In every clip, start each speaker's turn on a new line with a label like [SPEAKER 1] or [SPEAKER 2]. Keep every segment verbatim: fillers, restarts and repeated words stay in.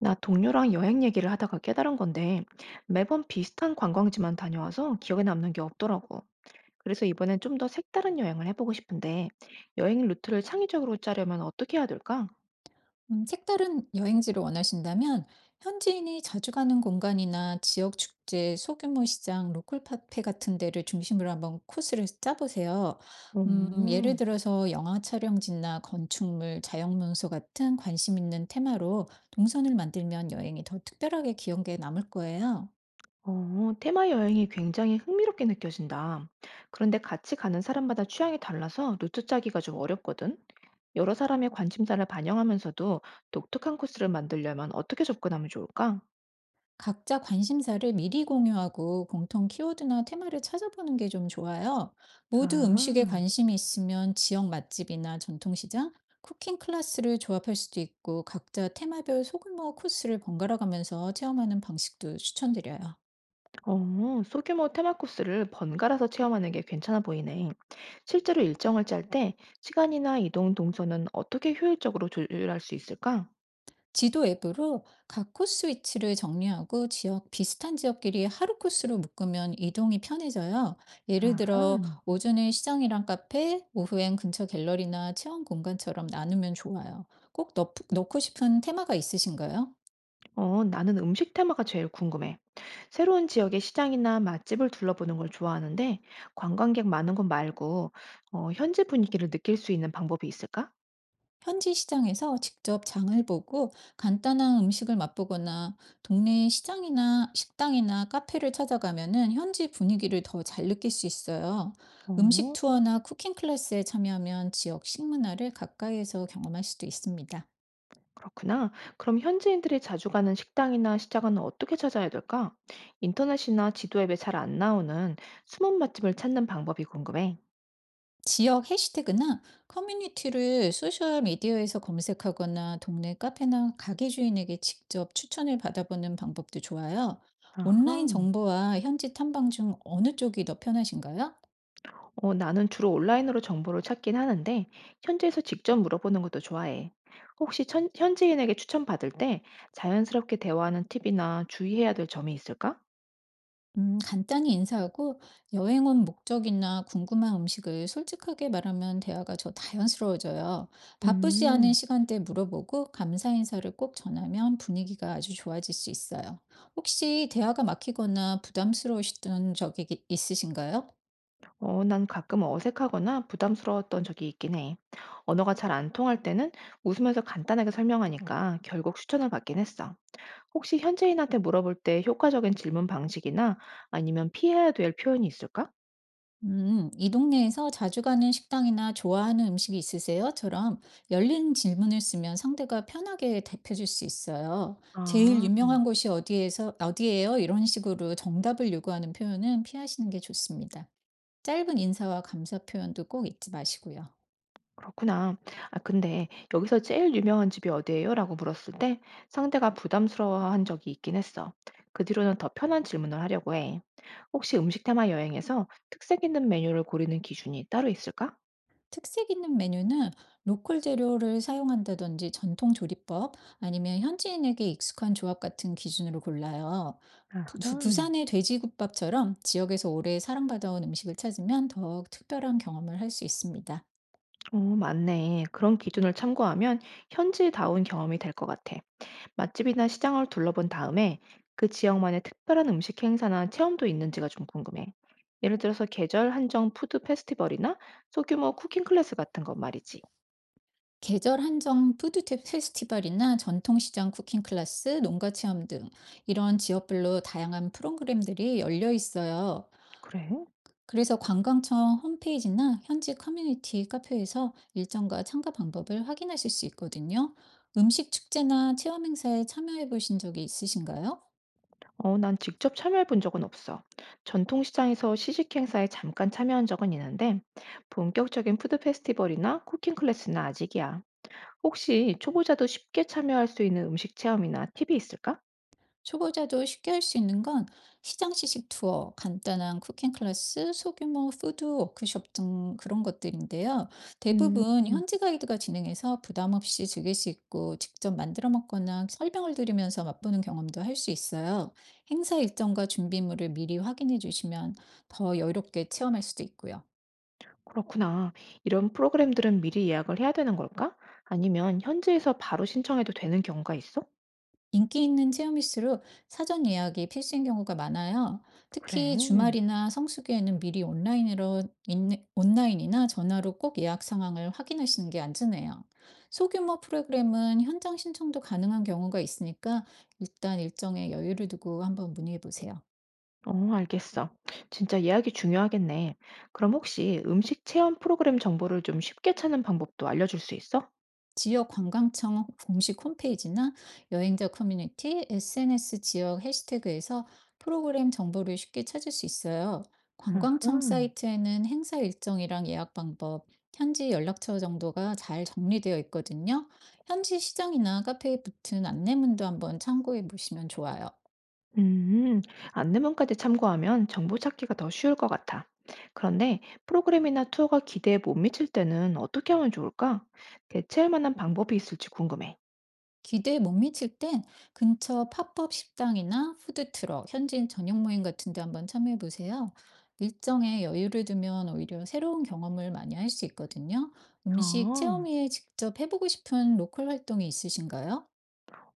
[SPEAKER 1] 나 동료랑 여행 얘기를 하다가 깨달은 건데 매번 비슷한 관광지만 다녀와서 기억에 남는 게 없더라고. 그래서 이번엔 좀 더 색다른 여행을 해보고 싶은데 여행 루트를 창의적으로 짜려면 어떻게 해야 될까?
[SPEAKER 2] 음, 색다른 여행지를 원하신다면 현지인이 자주 가는 공간이나 지역 축제, 소규모 시장, 로컬 카페 같은 데를 중심으로 한번 코스를 짜보세요. 음, 예를
[SPEAKER 1] 오,
[SPEAKER 2] 들어서 영화 촬영지나 건축물, 자연명소 같은 관심 있는 테마로 동선을 만들면 여행이 더 특별하게 기억에 남을 거예요.
[SPEAKER 1] 어, 테마 여행이 굉장히 흥미롭게 느껴진다. 그런데 같이 가는 사람마다 취향이 달라서 루트 짜기가 좀 어렵거든. 여러 사람의 관심사를 반영하면서도 독특한 코스를 만들려면 어떻게 접근하면 좋을까?
[SPEAKER 2] 각자 관심사를 미리 공유하고 공통 키워드나 테마를 찾아보는 게 좀 좋아요. 모두 음식에
[SPEAKER 1] 아.
[SPEAKER 2] 관심이 있으면 지역 맛집이나 전통시장, 쿠킹 클래스를 조합할 수도 있고 각자 테마별 소규모 코스를 번갈아 가면서 체험하는 방식도 추천드려요.
[SPEAKER 1] 어, 소규모 테마 코스를 번갈아서 체험하는 게 괜찮아 보이네. 실제로 일정을 짤 때 시간이나 이동 동선은 어떻게 효율적으로 조율할 수 있을까?
[SPEAKER 2] 지도 앱으로 각 코스 위치를 정리하고 지역, 비슷한 지역끼리 하루 코스로 묶으면 이동이 편해져요. 예를 들어,
[SPEAKER 1] 아하.
[SPEAKER 2] 오전에 시장이랑 카페, 오후엔 근처 갤러리나 체험 공간처럼 나누면 좋아요. 꼭 넣, 넣고 싶은 테마가 있으신가요?
[SPEAKER 1] 어, 나는 음식 테마가 제일 궁금해. 새로운 지역의 시장이나 맛집을 둘러보는 걸 좋아하는데 관광객 많은 곳 말고 어, 현지 분위기를 느낄 수 있는 방법이 있을까?
[SPEAKER 2] 현지 시장에서 직접 장을 보고 간단한 음식을 맛보거나 동네 시장이나 식당이나 카페를 찾아가면은 현지 분위기를 더 잘 느낄 수 있어요. 음식
[SPEAKER 1] 어.
[SPEAKER 2] 투어나 쿠킹 클래스에 참여하면 지역 식문화를 가까이에서 경험할 수도 있습니다.
[SPEAKER 1] 그렇구나. 그럼 현지인들이 자주 가는 식당이나 시장은 어떻게 찾아야 될까? 인터넷이나 지도 앱에 잘 안 나오는 숨은 맛집을 찾는 방법이 궁금해.
[SPEAKER 2] 지역 해시태그나 커뮤니티를 소셜 미디어에서 검색하거나 동네 카페나 가게 주인에게 직접 추천을 받아보는 방법도 좋아요. 온라인
[SPEAKER 1] 아하.
[SPEAKER 2] 정보와 현지 탐방 중 어느 쪽이 더 편하신가요?
[SPEAKER 1] 어, 나는 주로 온라인으로 정보를 찾긴 하는데, 현지에서 직접 물어보는 것도 좋아해. 혹시 천- 현지인에게 추천받을 때 자연스럽게 대화하는 팁이나 주의해야 될 점이 있을까?
[SPEAKER 2] 음, 간단히 인사하고 여행 온 목적이나 궁금한 음식을 솔직하게 말하면 대화가 더 자연스러워져요. 바쁘지 않은
[SPEAKER 1] 음.
[SPEAKER 2] 시간대에 물어보고 감사 인사를 꼭 전하면 분위기가 아주 좋아질 수 있어요. 혹시 대화가 막히거나 부담스러우셨던 적이 있으신가요?
[SPEAKER 1] 어, 난 가끔 어색하거나 부담스러웠던 적이 있긴 해. 언어가 잘 안 통할 때는 웃으면서 간단하게 설명하니까 결국 추천을 받긴 했어. 혹시 현지인한테 물어볼 때 효과적인 질문 방식이나 아니면 피해야 될 표현이 있을까?
[SPEAKER 2] 음, "이 동네에서 자주 가는 식당이나 좋아하는 음식이 있으세요? 처럼 열린 질문을 쓰면 상대가 편하게 대표해줄 수 있어요. "제일
[SPEAKER 1] 아,
[SPEAKER 2] 유명한 곳이 어디에서 어디예요?" 이런 식으로 정답을 요구하는 표현은 피하시는 게 좋습니다. 짧은 인사와 감사 표현도 꼭 잊지 마시고요.
[SPEAKER 1] 그렇구나. 아, 근데 여기서 제일 유명한 집이 어디예요? 라고 물었을 때 상대가 부담스러워한 적이 있긴 했어. 그 뒤로는 더 편한 질문을 하려고 해. 혹시 음식 테마 여행에서 특색 있는 메뉴를 고르는 기준이 따로 있을까?
[SPEAKER 2] 특색 있는 메뉴는 로컬 재료를 사용한다든지 전통 조리법 아니면 현지인에게 익숙한 조합 같은 기준으로 골라요. 부,
[SPEAKER 1] 아하.
[SPEAKER 2] 두- 부산의 돼지국밥처럼 지역에서 오래 사랑받아온 음식을 찾으면 더욱 특별한 경험을 할 수 있습니다.
[SPEAKER 1] 어, 맞네. 그런 기준을 참고하면 현지다운 경험이 될 것 같아. 맛집이나 시장을 둘러본 다음에 그 지역만의 특별한 음식 행사나 체험도 있는지가 좀 궁금해. 예를 들어서 계절 한정 푸드 페스티벌이나 소규모 쿠킹 클래스 같은 것 말이지.
[SPEAKER 2] 계절 한정 푸드 테- 페스티벌이나 전통시장 쿠킹 클래스, 농가 체험 등 이런 지역별로 다양한 프로그램들이 열려 있어요.
[SPEAKER 1] 그래?
[SPEAKER 2] 그래서 관광청 홈페이지나 현지 커뮤니티 카페에서 일정과 참가 방법을 확인하실 수 있거든요. 음식 축제나 체험 행사에 참여해 보신 적이 있으신가요?
[SPEAKER 1] 어, 난 직접 참여해 본 적은 없어. 전통시장에서 시식 행사에 잠깐 참여한 적은 있는데, 본격적인 푸드 페스티벌이나 쿠킹 클래스는 아직이야. 혹시 초보자도 쉽게 참여할 수 있는 음식 체험이나 팁이 있을까?
[SPEAKER 2] 초보자도 쉽게 할 수 있는 건 시장 시식 투어, 간단한 쿠킹 클래스, 소규모 푸드 워크숍 등 그런 것들인데요.
[SPEAKER 1] 음.
[SPEAKER 2] 대부분
[SPEAKER 1] 음.
[SPEAKER 2] 현지 가이드가 진행해서 부담 없이 즐길 수 있고 직접 만들어 먹거나 설명을 들으면서 맛보는 경험도 할 수 있어요. 행사 일정과 준비물을 미리 확인해 주시면 더 여유롭게 체험할 수도 있고요.
[SPEAKER 1] 그렇구나. 이런 프로그램들은 미리 예약을 해야 되는 걸까? 아니면 현지에서 바로 신청해도 되는 경우가 있어?
[SPEAKER 2] 인기 있는 체험일수록 사전 예약이 필수인 경우가 많아요.
[SPEAKER 1] 그래.
[SPEAKER 2] 특히 주말이나 성수기에는 미리 온라인으로, 인- 온라인이나 전화로 꼭 예약 상황을 확인하시는 게 안전해요. 소규모 프로그램은 현장 신청도 가능한 경우가 있으니까 일단 일정에 여유를 두고 한번 문의해 보세요.
[SPEAKER 1] 어, 알겠어. 진짜 예약이 중요하겠네. 그럼 혹시 음식 체험 프로그램 정보를 좀 쉽게 찾는 방법도 알려줄 수 있어?
[SPEAKER 2] 지역 관광청 공식 홈페이지나 여행자 커뮤니티, 에스엔에스 지역 해시태그에서 프로그램 정보를 쉽게 찾을 수 있어요. 관광청
[SPEAKER 1] 아하.
[SPEAKER 2] 사이트에는 행사 일정이랑 예약 방법, 현지 연락처 정도가 잘 정리되어 있거든요. 현지 시장이나 카페에 붙은 안내문도 한번 참고해 보시면 좋아요.
[SPEAKER 1] 음, 안내문까지 참고하면 정보 찾기가 더 쉬울 것 같아. 그런데 프로그램이나 투어가 기대에 못 미칠 때는 어떻게 하면 좋을까? 대체할 만한 방법이 있을지 궁금해.
[SPEAKER 2] 기대에 못 미칠 땐 근처 팝업 식당이나 푸드트럭, 현지인 저녁 모임 같은 데 한번 참여해 보세요. 일정에 여유를 두면 오히려 새로운 경험을 많이 할 수 있거든요. 음식
[SPEAKER 1] 아.
[SPEAKER 2] 체험에 직접 해보고 싶은 로컬 활동이 있으신가요?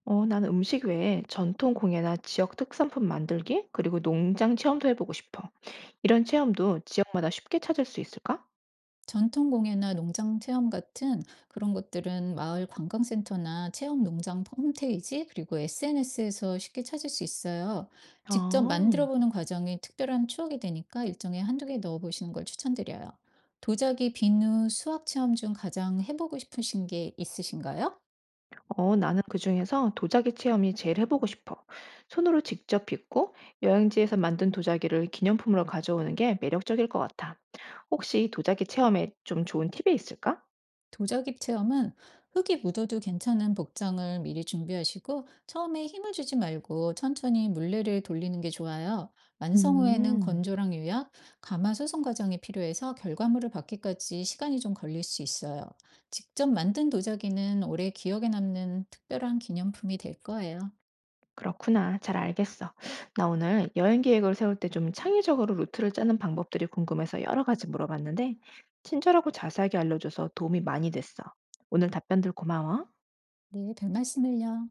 [SPEAKER 1] 어, 나는 음식 외에 전통 공예나 지역 특산품 만들기, 그리고 농장 체험도 해보고 싶어. 이런 체험도 지역마다 쉽게 찾을 수 있을까?
[SPEAKER 2] 전통 공예나 농장 체험 같은 그런 것들은 마을 관광센터나 체험 농장 홈페이지 그리고 에스엔에스에서 쉽게 찾을 수 있어요. 직접 만들어
[SPEAKER 1] 아,
[SPEAKER 2] 보는 과정이 특별한 추억이 되니까 일정에 한두 개 넣어 보시는 걸 추천드려요. 도자기, 비누, 수학 체험 중 가장 해보고 싶으신 게 있으신가요?
[SPEAKER 1] 어, 나는 그중에서 도자기 체험이 제일 해보고 싶어. 손으로 직접 빚고 여행지에서 만든 도자기를 기념품으로 가져오는 게 매력적일 것 같아. 혹시 도자기 체험에 좀 좋은 팁이 있을까?
[SPEAKER 2] 도자기 체험은 흙이 묻어도 괜찮은 복장을 미리 준비하시고 처음에 힘을 주지 말고 천천히 물레를 돌리는 게 좋아요. 완성 후에는
[SPEAKER 1] 음.
[SPEAKER 2] 건조랑 유약, 가마 수송 과정이 필요해서 결과물을 받기까지 시간이 좀 걸릴 수 있어요. 직접 만든 도자기는 오래 기억에 남는 특별한 기념품이 될 거예요.
[SPEAKER 1] 그렇구나. 잘 알겠어. 나 오늘 여행 계획을 세울 때 좀 창의적으로 루트를 짜는 방법들이 궁금해서 여러 가지 물어봤는데, 친절하고 자세하게 알려줘서 도움이 많이 됐어. 오늘 답변들 고마워.
[SPEAKER 2] 네, 별 말씀을요.